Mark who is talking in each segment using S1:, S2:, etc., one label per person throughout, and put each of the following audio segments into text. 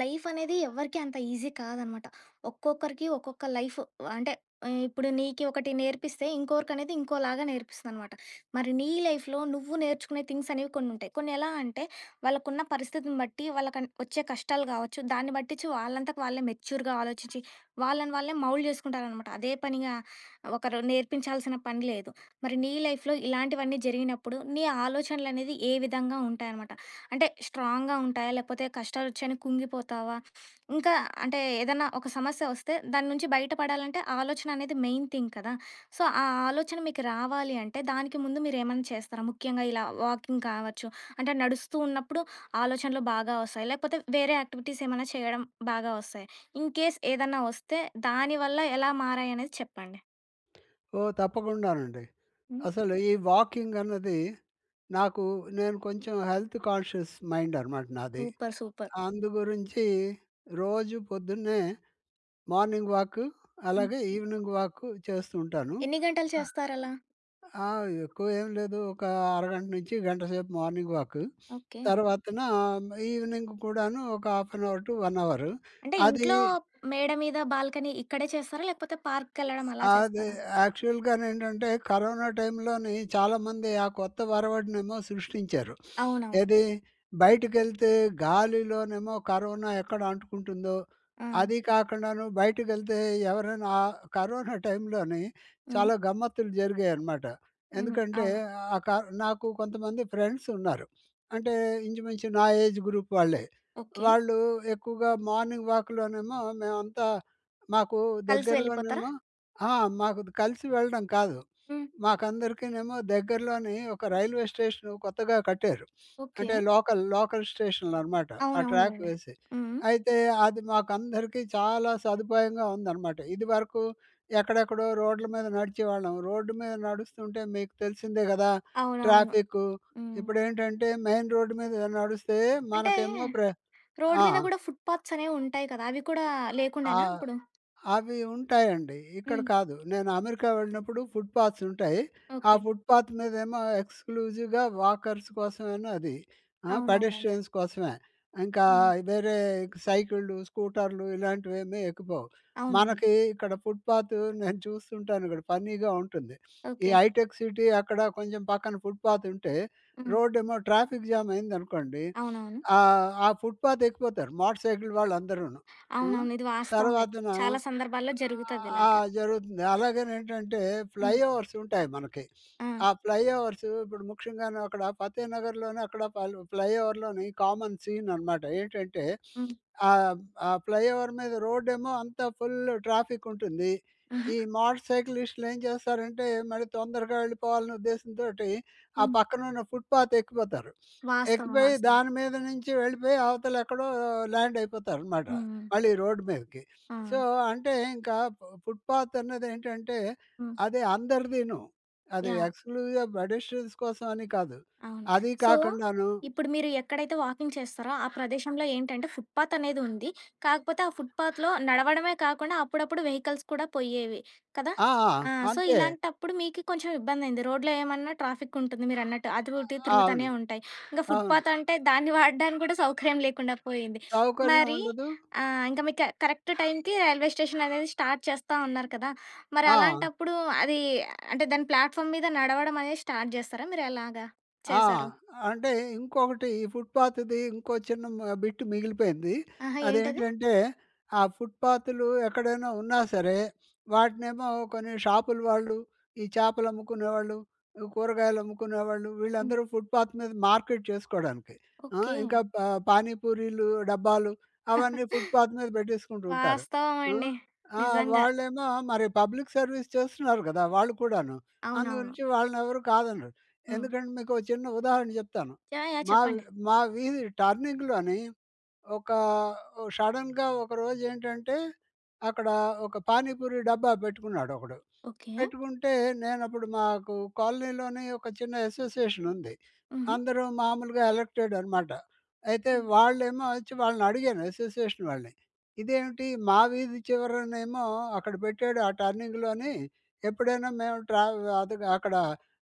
S1: Life అనేది ఎవ్వరికీ అంత ఈజీ కాదనమాట. ఒక్కొక్కరికి ఒక్కొక్క లైఫ్ అంటే ఇప్పుడు నీకి ఒకటి నేర్పిస్తే ఇంకొకరికనేది ఇంకోలాగా నేర్పిస్తుందనమాట. మరి నీ లైఫ్‌లో నువ్వు నేర్చుకునే థింగ్స్ అనేవి కొన్నుంటాయి. కొన్ని ఎలా అంటే వాళ్ళకున్న పరిస్థితిని బట్టి వాళ్ళకన్ వచ్చే కష్టాలు గావచ్చు, దాన్ని బట్టిచ్చి వాళ్ళంతకు వాళ్ళే మెచ్యూర్‌గా ఆలోచించి వాళ్ళని వాళ్ళే మౌల్డ్ జేసుకుంటారనమాట. అదే పనిగా ఒకరు నేర్పించాల్సిన పని లేదు. మరి నీ లైఫ్‌లో ఇలాంటివన్నీ జరిగినప్పుడు నీ ఆలోచనలనేది ఏ విధంగా ఉంటాయనమాట? అంటే స్ట్రాంగ్‌గా ఉంటాయా? లేపోతే కష్టాలొచ్చాయని కుంగిపోతావా? ఇంకా అంటే ఏదన్నా ఒక సమస్య వస్తే దాని నుంచి బయటపడాలంటే ఆలోచన అనేది మెయిన్ థింగ్ కదా! సో, ఆ ఆలోచన మీకు రావాలి అంటే దానికి ముందు మీరేమన్నా చేస్తారా? ముఖ్యంగా ఇలా వాకింగ్ కావచ్చు, అంటే నడుస్తూ ఉన్నప్పుడు ఆలోచనలు బాగా వస్తాయి. లేకపోతే వేరే యాక్టివిటీస్ ఏమైనా చేయడం బాగా వస్తాయి. ఇన్ కేస్ ఏదన్నా వస్తే దానివల్ల ఎలా మారాయనేది చెప్పండి?
S2: ఓహ్! తప్పకుండానండి.
S1: హ్మ్.
S2: అసలు ఈ వాకింగ్ అన్నది నాకు నేను కొంచెం హెల్త్ కాన్షియస్ మైండ్ అనమాట నాది.
S1: సూపర్. సూపర్.
S2: అందు గురించి రోజు పొద్దున్నే మార్నింగ్ వాక్
S1: హ్మ్.
S2: అలాగే ఈవినింగ్ వాక్ చేస్తూ ఉంటాను.
S1: ఎన్ని గంటలు చేస్తారలా?
S2: ఆ! ఎక్కువ ఏం లేదు. ఒక అరగంట నుంచి గంట సేపు మార్నింగ్ వాక్.
S1: ఓకే.
S2: తర్వాతన ఈవినింగ్ కూడాను ఒక half an hour to 1 hour.
S1: అంటే
S2: అది
S1: ఇంట్లో మేడ మీద, బాల్కనీ ఇక్కడే చేస్తారా? లేకపోతే పార్క్‌కెళ్ళడం అలా
S2: అది
S1: చేస్తారా?
S2: యాక్చువల్‌గానేంటంటే, కరోనా టైంలోని చాలామంది ఆ కొత్త ఒరవడినేమో సృష్టించారు.
S1: అవునవును.
S2: ఏది? బయటికెళ్తే గాలిలోనేమో కరోనా ఎక్కడ అంటుకుంటుందో,
S1: ఆ!
S2: అది కాకుండాను బయటికెళ్తే ఎవరైనా ఆ కరోనా టైంలోని
S1: హ్మ్.
S2: చాలా గమ్మత్తులు జరిగాయన్నమాట.
S1: హ్మ్.
S2: ఎందుకంటే,
S1: అవును.
S2: ఆ క నాకు కొంతమంది ఫ్రెండ్స్ ఉన్నారు. అంటే ఇంచుమించు నా ఏజ్ గ్రూప్ వాళ్ళే.
S1: ఓకే.
S2: వాళ్ళు ఎక్కువగా మార్నింగ్ వాక్‌లోనేమో మేమంతా మాకు
S1: కలిసి వెళ్ళిపోతారా?
S2: దగ్గరలోనేమో ఆ! మాకు కలిసి వెళ్ళడం కాదు.
S1: హ్మ్.
S2: మాకందరికీనేమో దగ్గరలోని ఒక రైల్వే స్టేషను కొత్తగా కట్టారు.
S1: ఓకే.
S2: అంటే లోకల్ స్టేషన్‌లనమాట. ఆ ట్రాక్
S1: అవునవునులెండి.
S2: వేసి.
S1: హ్మ్.
S2: అయితే అది మాకందరికీ చాలా సదుపాయంగా ఉందనమాట. ఇదివరకు ఎక్కడెక్కడో రోడ్ల మీద నడిచేవాళ్ళం. రోడ్డు మీద నడుస్తుంటే మీకు తెలిసిందే గదా!
S1: అవునవును.
S2: ట్రాఫిక్కు.
S1: హ్మ్.
S2: ఇప్పుడేంటంటే మెయిన్ రోడ్డు మీద నడిస్తే
S1: అంటే
S2: మనకేమో
S1: రోడ్
S2: ఆ!
S1: మీద గూడా ఫుట్ పాత్స్ అనేవి ఉంటాయి కదా! అవి కూడా
S2: ఆ!
S1: లేకుండేనా అప్పుడు?
S2: అవి ఉంటాయండి. ఇక్కడ
S1: హ్మ్.
S2: కాదు. నేను అమెరికా వెళ్ళినప్పుడు ఫుట్‌పాత్స్ ఉంటాయి. ఆ
S1: ఓకే.
S2: ఫుట్‌పాత్ మీదేమో ఎక్స్‌క్లూజివ్‌గా వాకర్స్ కోసమేను అది. ఆ!
S1: అవునవునులెండి.
S2: పెడెస్ట్రియన్స్ కోసమే. ఇంకా
S1: హ్మ్.
S2: వేరే సైకిళ్ళు, స్కూటర్లు ఇలాంటివేమీ ఎక్కిపోవు.
S1: అవునవును.
S2: మనకి ఇక్కడ ఫుట్‌పాత్ నేను చూస్తుంటాను ఇక్కడ ఫన్నీగా ఉంటుంది. ఈ
S1: ఓకే.
S2: హైటెక్ సిటీ అక్కడ కొంచెం పక్కన ఫుట్‌పాత్ ఉంటే
S1: హ్మ్.
S2: రోడ్డేమో ట్రాఫిక్ జామ్ అయిందనుకోండి.
S1: అవునవును.
S2: ఆ ఫుట్‌పాత్ ఎక్కిపోతారు మోటార్ సైకిల్ వాళ్ళందరూను. ఆ!
S1: అవునవును. ఇది వాస్తవమే.
S2: తర్వాతన
S1: చాలా సందర్భాల్లో
S2: ఆ!
S1: జరుగుతదిలాగా.
S2: జరుగుతుంది. అలాగనేంటంటే
S1: హ్మ్.
S2: ఫ్లైఓవర్స్ ఉంటాయి మనకి.
S1: ఆ!
S2: ఆ ఫ్లైఓవర్స్ ఇప్పుడు ముఖ్యంగాను అక్కడ ఫతేహనగర్‌లోనే అక్కడ పలు ఫ్లైఓవర్‌లోని కామన్ సీన్ అనమాట. ఏంటంటే
S1: హ్మ్.
S2: ఆహ్, ఆ ఫ్లైఓవర్ మీద రోడ్డేమో అంతా ఫుల్ ట్రాఫిక్ ఉంటుంది.
S1: హుహు.
S2: ఈ మోటార్ సైకిలిస్టులు ఏం చేస్తారంటే మళ్ళీ తొందరగా వెళ్ళిపోవాలనే ఉద్దేశంతోటి ఆ
S1: హ్మ్.
S2: పక్కనున్న ఫుట్‌పాత్ ఎక్కిపోతారు.
S1: వాస్తవం.
S2: ఎక్కిపోయి
S1: వాస్తవం.
S2: దాని మీద నుంచి వెళ్ళిపోయి అవతలెక్కడో ల్యాండ్ అయిపోతారనమాట.
S1: హ్మ్. హ్మ్.
S2: మళ్ళీ రోడ్డు మీదకి.
S1: ఆ!
S2: సో, అంటే ఇంకా ఫు ఫుట్‌పాత్ అన్నదేంటంటే,
S1: హ్మ్.
S2: అది అందరిదీను. అది
S1: యాహ్!
S2: ఎక్స్‌క్లూజివ్‌గా పెడెస్ట్రియన్స్ కోసం అని కాదు.
S1: అవును.
S2: అది
S1: సో,
S2: కాకుండాను
S1: ఇప్పుడు మీరు ఎక్కడైతే వాకింగ్ చేస్తారో, ఆ ప్రదేశంలో ఏంటంటే ఫుట్‌పాత్ అనేది ఉంది. కాకపోతే ఆ ఫుట్‌పాత్‌లో నడవడమే కాకుండా అప్పుడప్పుడు వెహికల్స్ కూడా పోయేవి కదా!
S2: ఆ! ఆ!
S1: ఆ! సో,
S2: అంతే.
S1: ఇలాంటప్పుడు మీకి కొంచెం ఇబ్బందయింది. రోడ్‌లో ఏమన్నా ట్రాఫిక్ ఉంటుంది మీరన్నట్టు. అటు ఇటు తిరుగుతానే
S2: అవును.
S1: ఉంటాయి. ఇంక
S2: అవును.
S1: ఫుట్‌పాత్ అంటే దాన్ని వాడడానికి కూడా సౌకర్యం లేకుండా పోయింది.
S2: సౌకర్యం
S1: మరి
S2: ఉండదు.
S1: ఇంక మీకు కరెక్ట్ టైంకి రైల్వే స్టేషన్ అనేది స్టార్ట్ చేస్తా ఉన్నారు కదా! మరి
S2: ఆ!
S1: అలాంటప్పుడు అది అంటే దాని ప్లాట్‌ఫామ్ మీద నడవడం అనేది స్టార్ట్ జేస్తారా మీరెలాగ?
S2: ఆ!
S1: చేశారు.
S2: అంటే ఇంకొకటి ఈ ఫుట్‌పాత్‌ది ఇంకో చిన్న మ బిట్ మిగిలిపోయింది.
S1: ఆహా! ఏంటది?
S2: అదేంటంటే, ఆ ఫుట్‌పాత్‌లు ఎక్కడైనా ఉన్నా సరే, వాటినేమో కొన్ని షాపుల వాళ్ళు, ఈ చేపలు అమ్ముకునేవాళ్ళు, కూరగాయలు అమ్ముకునేవాళ్ళు,
S1: హ్మ్.
S2: వీళ్ళందరూ ఫుట్‌పాత్ మీద మార్కెట్ చేసుకోడానికి. ఆ!
S1: ఓకే.
S2: ఇంకా ప పానీపూరీలు డబ్బాలు అవన్నీ ఫుట్‌పాత్ మీద పెట్టేసుకుంటూ ఉంటారు.
S1: వాస్తవం
S2: ఆ!
S1: అండి.
S2: ఆ!
S1: నిజంగా.
S2: వాళ్ళేమో మరి పబ్లిక్ సర్వీస్ చేస్తున్నారు కదా! వాళ్ళు కూడాను. అందు
S1: అవునవును.
S2: గురించి వాళ్ళనెవరు కాదనరు.
S1: హ్మ్.
S2: ఎందుకంటే మీకో చిన్న ఉదాహరణ చెప్తాను.
S1: యాహ్! యాహ్!
S2: మా
S1: చెప్పండి.
S2: మా వీధి టర్నింగ్‌లోని ఒక ఓ సడెన్‌గా ఒకరోజేంటంటే, అక్కడ ఒక పానీపూరి డబ్బా పెట్టుకున్నాడొకడు.
S1: ఓకే.
S2: పెట్టుకుంటే నేనప్పుడు మాకు కాలనీలోనే ఒక చిన్న అసోసియేషన్ ఉంది.
S1: హుహు.
S2: అందరూ మామూలుగా ఎలక్టెడ్ అనమాట. అయితే
S1: హ్మ్.
S2: వాళ్ళేమో వచ్చి వాళ్ళని అడిగాను అసోసియేషన్ వాళ్ళని. ఇదేమిటి మా వీధి చివరనేమో అక్కడ పెట్టాడు ఆ టర్నింగ్‌లోని ఎప్పుడైనా మేము ట్రా అది అక్కడ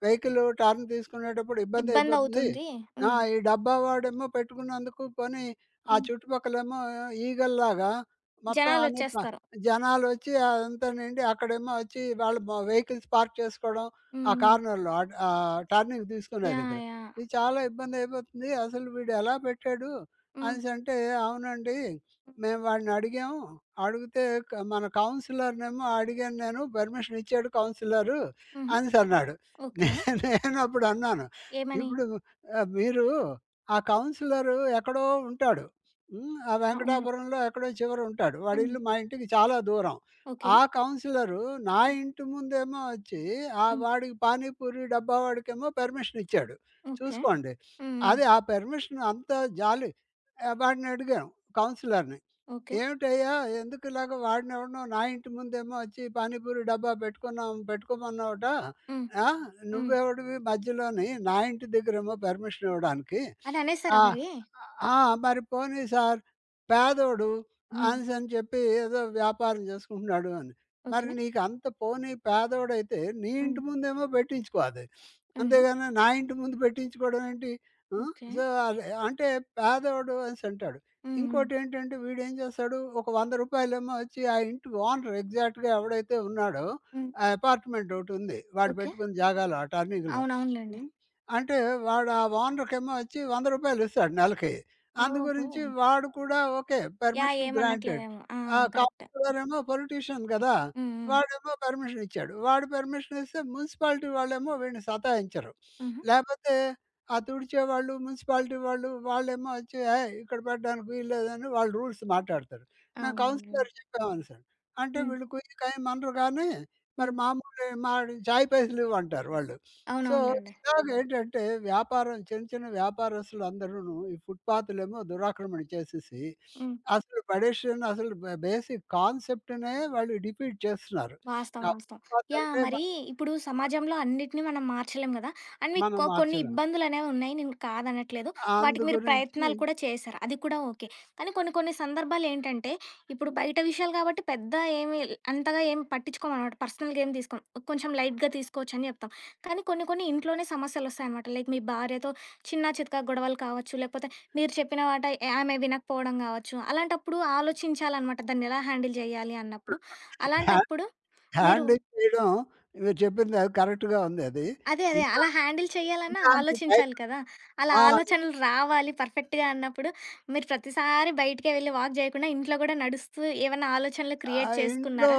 S2: వెహికల్ టర్న్ తీసుకునేటప్పుడు ఇబ్బందయిపోతుంది.
S1: ఇబ్బందవుతుంది.
S2: ఆ!
S1: హ్మ్.
S2: ఈ డబ్బా వాడేమో పెట్టుకున్నందుకు పోనీ ఆ
S1: హ్మ్.
S2: చుట్టుపక్కలేమో ఈగల్లాగా మొత్తం అన్ని ప
S1: జనాలొచ్చేస్తారు.
S2: జనాలొచ్చి అదంతా నిండి అక్కడేమో వచ్చి వాళ్ళు మ వెహికల్స్ పార్క్ చేసుకోవడం.
S1: హ్మ్.
S2: ఆ
S1: హ్మ్.
S2: కార్నర్‌లో అడ్ ఆహ్, టర్నింగ్ తీసుకునే
S1: యాహ్!
S2: దగ్గర.
S1: యాహ్!
S2: ఇది చాలా ఇబ్బందయిపోతుంది. అసలు వీడెలా పెట్టాడు
S1: హ్మ్.
S2: అనేసంటే, అవునండి.
S1: హ్మ్.
S2: మేము వాడినడిగాము. అడిగితే క మన కౌన్సిలర్‌నేమో అడిగాను నేను. పర్మిషన్ ఇచ్చాడు కౌన్సిలరు
S1: హుహు.
S2: అనేసన్నాడు. నే
S1: ఓకే.
S2: నేనప్పుడన్నాను.
S1: ఏమని?
S2: ఇప్పుడు ఆహ్, మీరు ఆ కౌన్సిలరు ఎక్కడో ఉంటాడు. హ్మ్. ఆ
S1: అవును.
S2: వెంకటాపురంలో ఎక్కడో చివరుంటాడు. వాడిల్లు మా
S1: హ్మ్.
S2: ఇంటికి చాలా దూరం.
S1: ఓకే.
S2: ఆ కౌన్సిలరు నా
S1: హ్మ్.
S2: ఇంటి ముందేమో వచ్చి ఆ
S1: హ్మ్.
S2: వాడికి పానీపూరి డబ్బా వాడికేమో పర్మిషన్ ఇచ్చాడు.
S1: ఓకే.
S2: చూసుకోండి.
S1: హ్మ్. హ్మ్.
S2: అది ఆ పర్మిషన్ అంత జాలి. ఆహ్, వాడినడిగాం కౌన్సిలర్‌ని.
S1: ఓకే.
S2: ఏమిటయ్యా ఎందుకు ఇలాగ వాడినెవడనో నా ఇంటి ముందేమో వచ్చి పానీపూరి డబ్బా పెట్టుకున్నాం పెట్టుకోమన్నావట.
S1: హ్మ్.
S2: ఆ!
S1: హ్మ్.
S2: నువ్వెవడివి మధ్యలోని నా ఇంటి దగ్గరేమో పర్మిషన్ ఇవ్వడానికి.
S1: అని అనేసారా
S2: ఆ!
S1: మరి?
S2: ఆ! మరి పోనీ సార్ పేదోడు
S1: హ్మ్.
S2: అనేసని చెప్పి ఏదో వ్యాపారం చేసుకుంటున్నాడు అని. మరి
S1: ఓకే.
S2: నీకు అంత పోనీ పేదోడైతే నీ
S1: హ్మ్.
S2: ఇంటి ముందేమో పెట్టించుకో అది.
S1: హుహు.
S2: అంతేగాని నా ఇంటి ముందు పెట్టించుకోవడం ఏంటి? ఆ!
S1: ఓకే.
S2: సో, అది అంటే పేదోడు అనేసంటాడు.
S1: హ్మ్. హ్మ్.
S2: ఇంకోటేంటంటే వీడేం చేస్తాడు, ఒక రూ. 100 వచ్చి ఆ ఇంటి ఓనర్ ఎగ్జాక్ట్‌గా ఎవడైతే ఉన్నాడో,
S1: హ్మ్.
S2: ఆ అపార్ట్‌మెంట్ ఒకటుంది. వాడు
S1: ఓకే.
S2: పెట్టుకున్న జాగాలో ఆ టర్నింగ్‌లో.
S1: అవునవునులెండి.
S2: హ్మ్. అంటే వాడు ఆ ఓనర్‌కేమో వచ్చి రూ. 100 ఇస్తాడు నెలకి. అందు
S1: ఓహో!
S2: గురించి వాడు కూడా ఓకే.
S1: యాహ్!
S2: Permission granted.
S1: ఏమనట్లేదేమో. ఆ!
S2: ఆ
S1: కరెక్టే.
S2: కౌన్సిలరేమో పొలిటీషియన్ గదా!
S1: హ్మ్. హ్మ్.
S2: వాడేమో పర్మిషన్ ఇచ్చాడు. వాడు పర్మిషన్ ఇస్తే మున్సిపాలిటీ వాళ్ళేమో వీడిని సతాయించరు.
S1: హుహు.
S2: లేపోతే ఆ తుడిచేవాళ్ళు మున్సిపాలిటీ వాళ్ళు, వాళ్ళేమో వచ్చి "ఏయ్! ఇక్కడ పెట్టడానికి వీల్లేదని" వాళ్ళు రూల్స్ మాట్లాడతారు. మేము
S1: అవునవునులెండి.
S2: కౌన్సిలర్ చెప్పామనేసని. అంటే
S1: హ్మ్.
S2: వీళ్ళు కుయ్యకేమనరు కానీ, మరి
S1: హ్మ్.
S2: మామూలు మా చాయ్ పైసలు ఇవ్వంటారు వాళ్ళు. సో,
S1: అవునవునులెండి.
S2: ఇలాగేంటంటే వ్యాపారం చిన్న చిన్న వ్యాపారస్తులందరూను ఈ ఫుట్‌పాత్‌లేమో దురాక్రమణ చేసేసి,
S1: హ్మ్.
S2: అసలు పెడెస్ట్రియన్ అసలు బె బేసిక్ కాన్సెప్ట్‌నే వాళ్ళు డిఫీట్ చేస్తున్నారు.
S1: వాస్తవం.
S2: ఆ
S1: వాస్తవం.
S2: Footpath
S1: yeah!
S2: అంటే
S1: మరి
S2: మనం
S1: ఇప్పుడు సమాజంలో అన్నిటిని మనం మార్చలేం గదా! అండ్ మీకు
S2: మనం
S1: కొన్ని
S2: మార్చలేం.
S1: ఇబ్బందులనేవున్నాయి. నేను కాదనట్లేదు. వాటికి
S2: అందు
S1: మీరు
S2: గురించి
S1: ప్రయత్నాలు కూడా చేశారు. అది కూడా ఓకే. కానీ కొన్ని కొన్ని సందర్భాలేంటంటే, ఇప్పుడు బయట విషయాలు కాబట్టి పెద్ద ఏమి అంతగా ఏమి పట్టించుకోమనమాట. పర్సనల్‌గా ఏం తీసుకోం. కొంచెం లైట్‌గా తీసుకోవచ్చని జెప్తాం. కానీ కొన్ని కొన్ని ఇంట్లోనే సమస్యలొస్తాయనమాట. లైక్ మీ భార్యతో చిన్నా చితకా గొడవలు కావచ్చు, లేకపోతే మీరు చెప్పిన మాట ఆమె వినకపోవడం గావచ్చు. అలాంటప్పుడు ఆలోచించాలనమాట. దాన్నెలా హ్యాండిల్ జేయాలి అన్నప్పుడు. అలాంటప్పుడు మీరు
S2: హ్యాండిల్ చేయడం మీరు చెప్పింది అది కరెక్ట్‌గా ఉంది అది.
S1: అదే. అదే.
S2: ఇలా
S1: అలా హ్యాండిల్ చేయాలన్నా
S2: ఇలాంటి టైం
S1: ఆలోచించాలి కదా! అలా
S2: ఆ!
S1: ఆలోచనలు రావాలి పర్ఫెక్ట్‌గా అన్నప్పుడు, మీరు ప్రతిసారి బయటికే వెళ్లి వాక్ చేయకుండా ఇంట్లో గూడా నడుస్తూ ఏవన్నా ఆలోచనలు
S2: ఆ
S1: క్రియేట్
S2: ఇంట్లో,
S1: చేసుకున్నారా?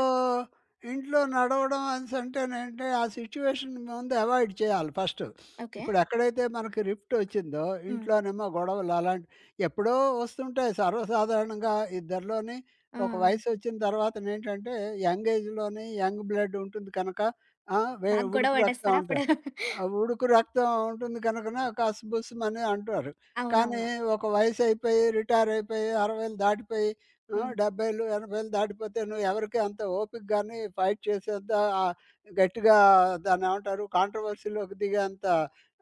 S2: ఇంట్లో నడవడం అనేసంటేనంటే ఆ సిట్యుయేషన్ ముందు అవాయిడ్ చేయాలి ఫస్ట్.
S1: ఓకే.
S2: ఇప్పుడు ఎక్కడైతే మనకి రిఫ్ట్ వచ్చిందో
S1: హ్మ్.
S2: ఇంట్లోనేమో గొడవలు అలాంటి ఎప్పుడో వస్తుంటాయి సర్వసాధారణంగా ఇద్దరిలోని
S1: ఆ!
S2: ఒక వయసు వచ్చిన తర్వాతనేంటంటే యంగ్ ఏజ్‌లోని యంగ్ బ్లడ్ ఉంటుంది కనుక ఆ! వే
S1: బాగా గొడవ
S2: ఉడుకు రక్తం
S1: పడేస్తారా అప్పుడు?
S2: అంటారు. ఆ ఉడుకు రక్తం ఉంటుంది కనుకన కసుబుసుమని అంటారు. కానీ
S1: అవునవును.
S2: ఒక వయసు అయిపోయి, రిటైర్ అయిపోయి, 60లు దాటిపోయి
S1: హ్మ్.
S2: ఆహ్, 70లు, 80లు దాటిపోతేను ఎవరికీ అంత ఓపిక గాని ఫైట్ చేసేంత ఆహ్, గట్టిగా దాన్నేమంటారు కాంట్రవర్సీలోకి దిగేంత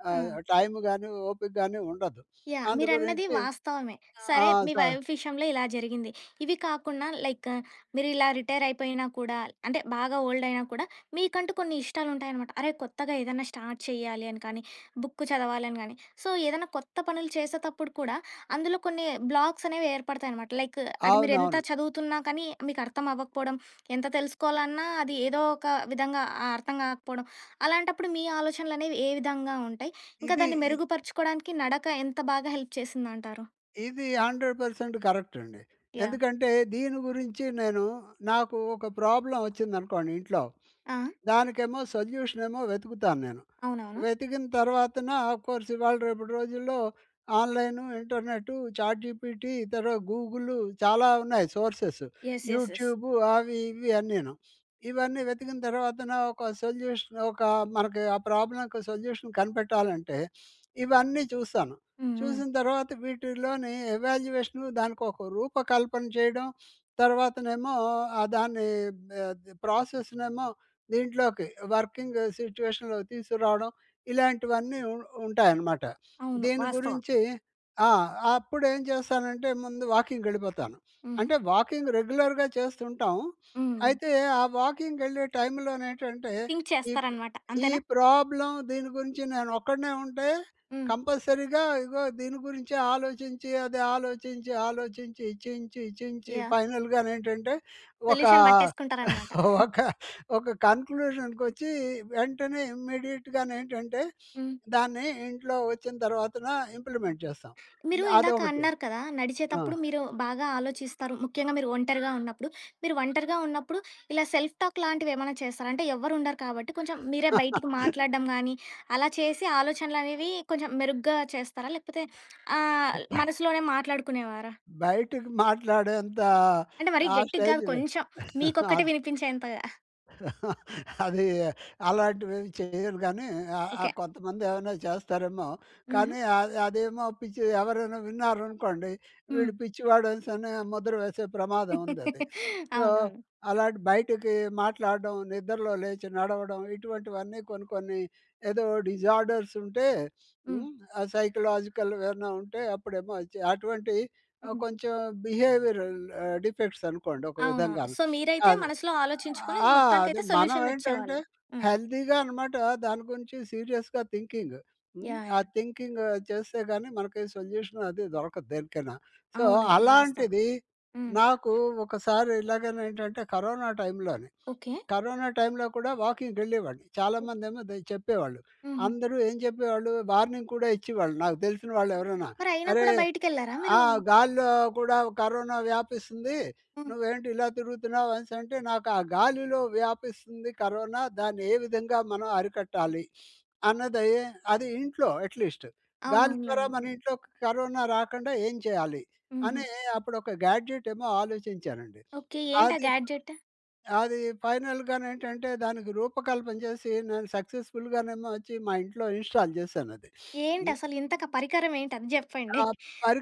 S1: ఆ!
S2: ఆహ్, టైం గాని, ఓపిక గాని ఉండదు.
S1: యాహ్!
S2: అందు
S1: మీరన్నది
S2: గురించి
S1: వాస్తవమే.
S2: అవును.
S1: సరే
S2: ఆ!
S1: మీ
S2: స
S1: వైఫ్ విషయంలో ఇలా జరిగింది. ఇవి కాకుండా లైక్ మీరిలా రిటైర్ అయిపోయినా కూడా అంటే బాగా ఓల్డ్ అయినా కూడా మీకంటూ కొన్ని ఇష్టాలుంటాయనమాట. అరే! కొత్తగా ఏదన్నా స్టార్ట్ చేయాలి అని కానీ, బుక్ చదవాలని గానీ, సో ఏదైనా కొత్త పనులు చేసేతప్పుడు కూడా అందులో కొన్ని బ్లాక్స్ అనేవి ఏర్పడతాయనమాట. లైక్ అది మీరెంత
S2: అవునవును.
S1: చదువుతున్నా కానీ మీకు అర్థం అవ్వకపోవడం, ఎంత తెలుసుకోవాలన్నా అది ఏదో ఒక విధంగా ఆ అర్థం కాకపోవడం. అలాంటప్పుడు మీ ఆలోచనలనేవి ఏ విధంగా ఉంటాయి? ఇంకా
S2: ఇది
S1: దాన్ని
S2: ఇ
S1: మెరుగుపరుచుకోడానికి నడక ఎంత బాగా హెల్ప్ చేసిందంటారు?
S2: ఇది 100% కరెక్ట్ అండి.
S1: యాహ్!
S2: ఎందుకంటే దీని గురించి నేను నాకు ఒక ప్రాబ్లమ్ వచ్చిందనుకోండి ఇంట్లో.
S1: ఆ!
S2: దానికేమో సొల్యూషన్ ఏమో వెతుకుతాను నేను.
S1: అవునవును.
S2: వెతికిన తర్వాతన ఆఫ్‌కోర్స్ ఇవాళ రేపటి రోజుల్లో ఆన్‌లైను, ఇంటర్నెట్టు, చాట్‌జీపీటీ, తర్వాత గూగులు చాలా ఉన్నాయి sources.
S1: Yes. Yes. Yes.
S2: YouTube అవి ఇవి అన్నీను. ఇవన్నీ వెతికిన తర్వాతన ఒక సొల్యూషన్ ఒక మనకి ఆ ప్రాబ్లమ్‌కి సొల్యూషన్ కనిపెట్టాలంటే ఇవన్నీ చూస్తాను.
S1: హ్మ్. హ్మ్.
S2: చూసిన తర్వాత వీటిలోని ఎవాల్యుయేషను దానికి ఒక రూపకల్పన చేయడం, తర్వాతనేమో ఆహ్, దాన్ని బ్ ప్రాసెస్‌నేమో దీంట్లోకి వర్కింగ్ సిట్యుయేషన్‌లోకి తీసుకురావడం ఇలాంటివన్నీ ఉ ఉంటాయనమాట.
S1: అవును.
S2: దీని
S1: వాస్తవం.
S2: గురించి ఆ! అప్పుడేం చేస్తానంటే ముందు వాకింగ్‌కెళ్ళిపోతాను.
S1: హుహు.
S2: అంటే వాకింగ్ రెగ్యులర్‌గా చేస్తుంటాం.
S1: హ్మ్.
S2: అయితే ఆ వాకింగ్‌కెళ్ళే టైంలోనేంటంటే
S1: థింక్
S2: ఈ
S1: చేస్తారనమాట.
S2: ఈ
S1: అంతేనా?
S2: ప్రాబ్లమ్ దీని గురించి నేను ఒక్కడినే ఉంటే
S1: హ్మ్.
S2: కంపల్సరీగా ఇగో దీని గురించే ఆలోచించి, అది ఆలోచించి, ఆలోచించి, ఇచించి, ఇచించి
S1: యాహ్!
S2: ఫైనల్‌గానేంటంటే ఒక
S1: సొల్యూషన్ పట్టేసుకుంటారనమాట.
S2: ఒక ఒక కన్క్లూషన్‌కొచ్చి వెంటనే ఇమ్మీడియేట్‌గానేంటంటే,
S1: హ్మ్.
S2: దాన్ని ఇంట్లో వచ్చిన తర్వాతన ఇంప్లిమెంట్ చేస్తాం.
S1: మీరు
S2: లే
S1: ఇందాక
S2: అదొకటి.
S1: అన్నారు కదా!
S2: ఆ!
S1: నడిచేతప్పుడు మీరు బాగా ఆలోచిస్తారు. ముఖ్యంగా మీరు ఒంటరిగా ఉన్నప్పుడు. మీరు ఒంటరిగా ఉన్నప్పుడు ఇలా సెల్ఫ్ టాక్ లాంటివేమైనా చేస్తారా? అంటే ఎవ్వరు ఉండరు కాబట్టి కొంచెం మీరే బయటికి మాట్లాడడం గానీ, అలా చేసి ఆలోచనలనేవి కొంచెం మెరుగ్గా చేస్తారా? లేకపోతే ఆహ్,
S2: బయ
S1: మనసులోనే మాట్లాడుకునేవారా?
S2: బయటికి మాట్లాడేంత
S1: అంటే మరీ
S2: ఆ
S1: గట్టిగా గాదు
S2: స్టేజ్‌లో.
S1: కొంచెం మీకొక్కటే
S2: అది.
S1: వినిపించేంతగా.
S2: అది అలాంటివి ఏమి చేయను కానీ ఆహ్,
S1: ఓకే.
S2: ఆహ్, కొంతమంది ఏమైనా చేస్తారేమో.
S1: హుహు.
S2: కానీ అది అదేమో పిచ్చి ఎవరైనా విన్నారనుకోండి,
S1: హ్మ్.
S2: వీడు పిచ్చివాడు అనేసని ముద్ర వేసే ప్రమాదం ఉందది. సో,
S1: అవునవును.
S2: అలాంటి బయటికి మాట్లాడడం, నిద్రలో లేచి నడవడం ఇటువంటివన్నీ కొన్ని కొన్ని ఏదో డిజార్డర్స్ ఉంటే
S1: హ్మ్.
S2: హ్మ్. ఆ సైకలాజికల్ ఏమైనా ఉంటే అప్పుడేమో వచ్చి అటువంటి ఆహ్,
S1: హ్మ్.
S2: కొంచెం బిహేవియరల్ ఆహ్, డిఫెక్ట్స్ అనుకోండి ఒక
S1: అవునవును.
S2: విధంగాను.
S1: సో, మీరైతే
S2: అది.
S1: మనసులో ఆలోచించుకొని
S2: ఆ! అదే
S1: మొత్తానికైతే
S2: మనం
S1: సొల్యూషన్
S2: ఏంటంటే
S1: తెచ్చేవాళ్ళు. హ్మ్.
S2: హెల్తీగా అనమాట దాని గురించి సీరియస్‌గా థింకింగ్. హ్మ్.
S1: యాహ్!
S2: ఆ
S1: యాహ్!
S2: థింకింగ్ చేస్తే గాని మనకి సొల్యూషన్ అది దొరకదు దేనికైనా. సో,
S1: అవును. ఇది వాస్తవం.
S2: అలాంటిది
S1: హ్మ్.
S2: నాకు ఒకసారి ఇలాగేనేంటంటే కరోనా టైంలోనే,
S1: ఓకే.
S2: కరోనా టైంలో కూడా వాకింగ్‌కెళ్ళేవాడిని.
S1: హ్మ్.
S2: చాలామందేమో ద చెప్పేవాళ్ళు.
S1: హుహు.
S2: అందరూ ఏం చెప్పేవాళ్ళు వార్నింగ్ కూడా ఇచ్చేవాళ్ళు నాకు తెలిసిన వాళ్ళు ఎవరైనా.
S1: మరయినా
S2: "అరే
S1: కూడా బయటికెళ్లారా
S2: ఆ!
S1: మీరు?
S2: గాలిలో కూడా కరోనా వ్యాపిస్తుంది.
S1: హ్మ్.
S2: నువ్వేంటి ఇలా తిరుగుతున్నావు అనేసంటే, నాకు ఆ గాలిలో వ్యాపిస్తుంది కరోనా. దాన్ని ఏ విధంగా మనం అరికట్టాలి అన్నది అది ఇంట్లో అట్‌లీస్ట్. గాలి ద్వారా
S1: అవునవునులెండి.
S2: మన ఇంట్లో కరోనా రాకుండా ఏం చేయాలి
S1: హుహు.
S2: అని అప్పుడొక గ్యాడ్జెట్ ఏమో ఆలోచించానండి.
S1: ఓకే. ఏంటా
S2: అది
S1: గ్యాడ్జెట్?
S2: అది ఫైనల్‌గానేంటంటే దానికి రూపకల్పన చేసి నేను సక్సెస్‌ఫుల్‌గానేమో వచ్చి మా ఇంట్లో ఇన్‌స్టాల్ చేశానది. హ్మ్.
S1: ఏంటసలు ఇంతక పరికరం ఏంటి? అది జెప్పండి.
S2: ఆ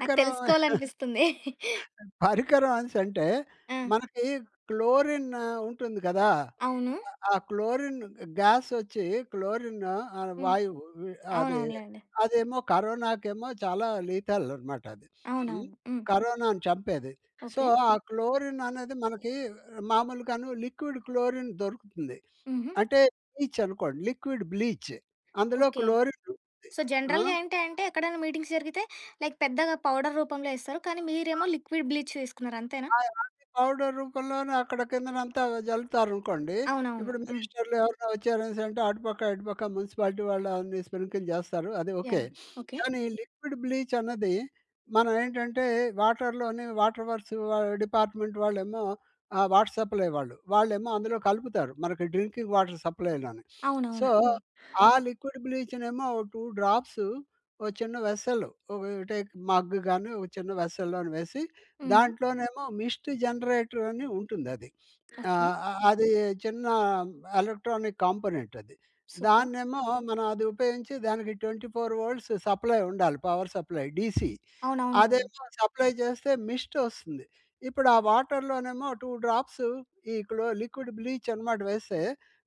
S1: నాకు తెలుసుకోవాలనిపిస్తుంది.
S2: పరికరమనేసి అంటే,
S1: ఆ!
S2: మనకి క్లోరిన్ ఆ, ఉంటుంది కదా!
S1: అవును.
S2: ఆ క్లోరిన్ గ్యాస్ వచ్చి క్లోరిన్ ఆహ్,
S1: హ్మ్.
S2: వాయువు వి అది
S1: అవునవునులెండి.
S2: అదేమో కరోనాకేమో చాలా లీతల్ అనమాట అది. హ్మ్.
S1: అవునవును. హ్మ్.
S2: కరోనాను చంపేది. So,
S1: okay.
S2: ఆ క్లోరిన్ అనేది మనకి మామూలుగాను లిక్విడ్ క్లోరిన్ దొరుకుతుంది.
S1: హుహు.
S2: అంటే బ్లీచ్ అనుకోండి. లిక్విడ్ బ్లీచ్ అందులో
S1: ఓకే.
S2: క్లోరిన్ ఉంటుంది.
S1: సో,
S2: ఆ!
S1: జనరల్‌గా ఏంటి అంటే ఎక్కడైనా మీటింగ్స్ జరిగితే లైక్ పెద్దగా పౌడర్ రూపంలో ఇస్తారు. కానీ మీరేమో లిక్విడ్ బ్లీచ్ తీసుకున్నారు అంతేనా?
S2: ఆ! అది పౌడర్ రూపంలోనే అక్కడ కిందనంతా జల్లుతారనుకోండి.
S1: అవునవును.
S2: ఇప్పుడు
S1: హ్మ్.
S2: మినిస్టర్‌లు ఎవరైనా వచ్చారనేసంటే అటుపక్క, ఇటుపక్క మున్సిపాలిటీ వాళ్ళు అన్ని స్ప్రింకిల్ జేస్తారు. అది ఓకే.
S1: యాహ్! ఓకే.
S2: కానీ లిక్విడ్ బ్లీచ్ అన్నది మనం ఏంటంటే వాటర్‌లోని వాటర్ వర్క్స్ వా డిపార్ట్‌మెంట్ వాళ్ళేమో ఆహ్, వాటర్ సప్లై వాళ్ళు. వాళ్ళేమో అందులో కలుపుతారు. మనకి డ్రింకింగ్ వాటర్ సప్లైలోని. సో,
S1: అవునవును. హ్మ్.
S2: ఆ లిక్విడ్ బ్లీచ్‌నేమో ఓ 2 డ్రాప్స్ ఓ చిన్న వెస్సెల్ ఒక టేక్ మగ్ గాని, ఒక చిన్న వెస్సెల్లోని వేసి
S1: హుహు.
S2: దాంట్లోనేమో మిస్ట్ జనరేటర్ అని ఉంటుందది. ఆ!
S1: ఓకే.
S2: అ అది చిన్న ఎలక్ట్రానిక్ కాంపోనెంట్ అది.
S1: సూపర్.
S2: దాన్నేమో మనం అది ఉపయోగించి దానికి 24 వోల్ట్స్ సప్లై ఉండాలి. Power supply DC.
S1: అవునవునులెండి.
S2: అదేమో సప్లై చేస్తే మిస్ట్ వస్తుంది. ఇప్పుడు ఆ వాటర్‌లోనేమో 2 డ్రాప్స్ ఈ క్లో లిక్విడ్ బ్లీచ్ అనమాట వేస్తే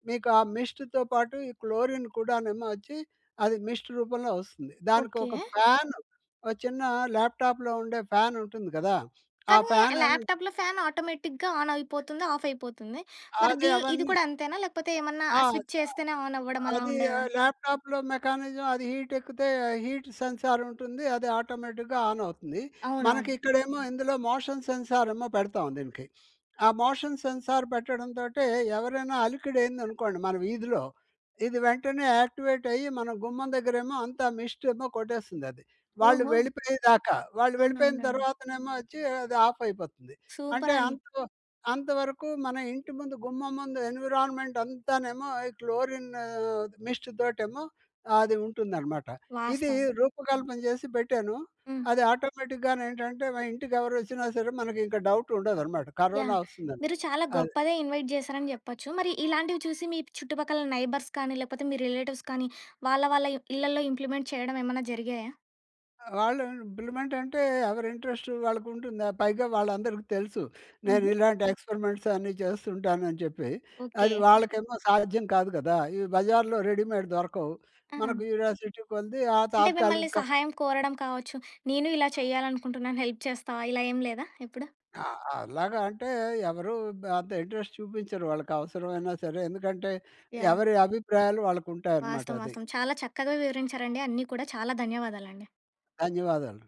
S2: మీకు ఆ మిస్ట్‌తో పాటు ఈ క్లోరిన్ కూడానేమో వచ్చి అది మిస్ట్ రూపంలో వస్తుంది. దానికి
S1: ఓకే.
S2: ఒక ఫ్యాన్ ఒక చిన్న ల్యాప్‌టాప్‌లో ఉండే ఫ్యాన్ ఉంటుంది కదా! ఆ
S1: కానీ
S2: ఫ్యాన్ ఏమో
S1: ల్యాప్‌టాప్‌లో ఫ్యాన్ ఆటోమేటిక్‌గా ఆన్ అయిపోతుందా? ఆఫ్ అయిపోతుంది. మరి
S2: అదే
S1: ఇది
S2: అవన్నీ.
S1: కూడా అంతేనా? లేకపోతే ఏమన్నా
S2: ఆ!
S1: స్విచ్ చేస్తేనే ఆన్ అవ్వడం అలా
S2: అది
S1: ఉండేదా?
S2: ఆహ్, ల్యాప్‌టాప్‌లో మెకానిజం అది హీట్ ఎక్కితే హీట్ సెన్సార్ ఉంటుంది. అది ఆటోమేటిక్‌గా ఆన్ అవుతుంది. మనకి
S1: అవునవును.
S2: ఇక్కడేమో ఇందులో మోషన్ సెన్సార్ ఏమో పెడతాం దీనికి. ఆ మోషన్ సెన్సార్ పెట్టడంతోటే ఎవరైనా అలికిడి అయిందనుకోండి మన వీధిలో, ఇది వెంటనే యాక్టివేట్ అయ్యి మన గుమ్మం దగ్గరేమో అంతా మిస్ట్ ఏమో కొట్టేస్తుంది అది. వాళ్ళు
S1: ఓహో!
S2: వెళ్ళిపోయేదాకా. వాళ్ళు వెళ్ళిపోయిన
S1: అవునవునులెండి.
S2: తర్వాతనేమో వచ్చి అది ఆఫ్ అయిపోతుంది.
S1: సూపర్
S2: అంటే
S1: అండి.
S2: అంత అంతవరకు మన ఇంటి ముందు గుమ్మం ముందు ఎన్విరాన్మెంట్ అంతానేమో ఈ క్లోరిన్ ఆహ్, మిస్ట్ తోటేమో అది ఉంటుందనమాట. ఇది
S1: వాస్తవం.
S2: హ్మ్. రూపకల్పన చేసి పెట్టాను.
S1: హ్మ్.
S2: అది ఆటోమేటిక్‌గానేంటంటే మా ఇంటికి ఎవరొచ్చినా సరే మనకి ఇంక డౌట్ ఉండదనమాట.
S1: యాహ్!
S2: కరోనా వస్తుందని.
S1: మీరు చాలా
S2: అది.
S1: గొప్పదే ఇన్వైట్ చేశారని చెప్పొచ్చు. మరి ఇలాంటివి చూసి మీ చుట్టుపక్కల నైబర్స్ కానీ, లేకపోతే మీ రిలేటివ్స్ కానీ, వాళ్ళ వాళ్ళ ఇళ్లల్లో ఇంప్లిమెంట్ చేయడం ఏమన్నా జరిగాయా?
S2: వాళ్ళ ఇంప్లిమెంట్ అంటే ఎవరి ఇంట్రెస్ట్ వాళ్ళకుంటుంది. పైగా వాళ్ళందరికి తెలుసు. నేను
S1: హుహు.
S2: ఇలాంటి ఎక్స్‌పెరిమెంట్స్ అన్నీ చేస్తుంటానని చెప్పి.
S1: ఓకే.
S2: అది వాళ్ళకేమో సాధ్యం కాదు కదా! ఇవి బజార్‌లో రెడీమేడ్ దొరకవు.
S1: ఆ!
S2: మన క్యూరియాసిటీ కొలిది ఆ
S1: అంటే
S2: తాత్కాలిక
S1: మిమ్మల్ని
S2: క-
S1: సహాయం కోరడం కావచ్చు. నేను ఇలా చేయాలనుకుంటున్నాను హెల్ప్ చేస్తావా? ఇలా ఏం లేదా ఎప్పుడు?
S2: ఆ! అలాగా అంటే ఎవరు అంత ఇంట్రెస్ట్ చూపించరు వాళ్ళకి అవసరమైనా సరే. ఎందుకంటే
S1: యాహ్!
S2: ఎవరి అభిప్రాయాలు వాళ్ళకుంటాయన్నమాట
S1: వాస్తవం.
S2: అది.
S1: వాస్తవం. చాలా చక్కగా వివరించారండి అన్నీ కూడా. చాలా ధన్యవాదాలండి.
S2: ధన్యవాదాలు.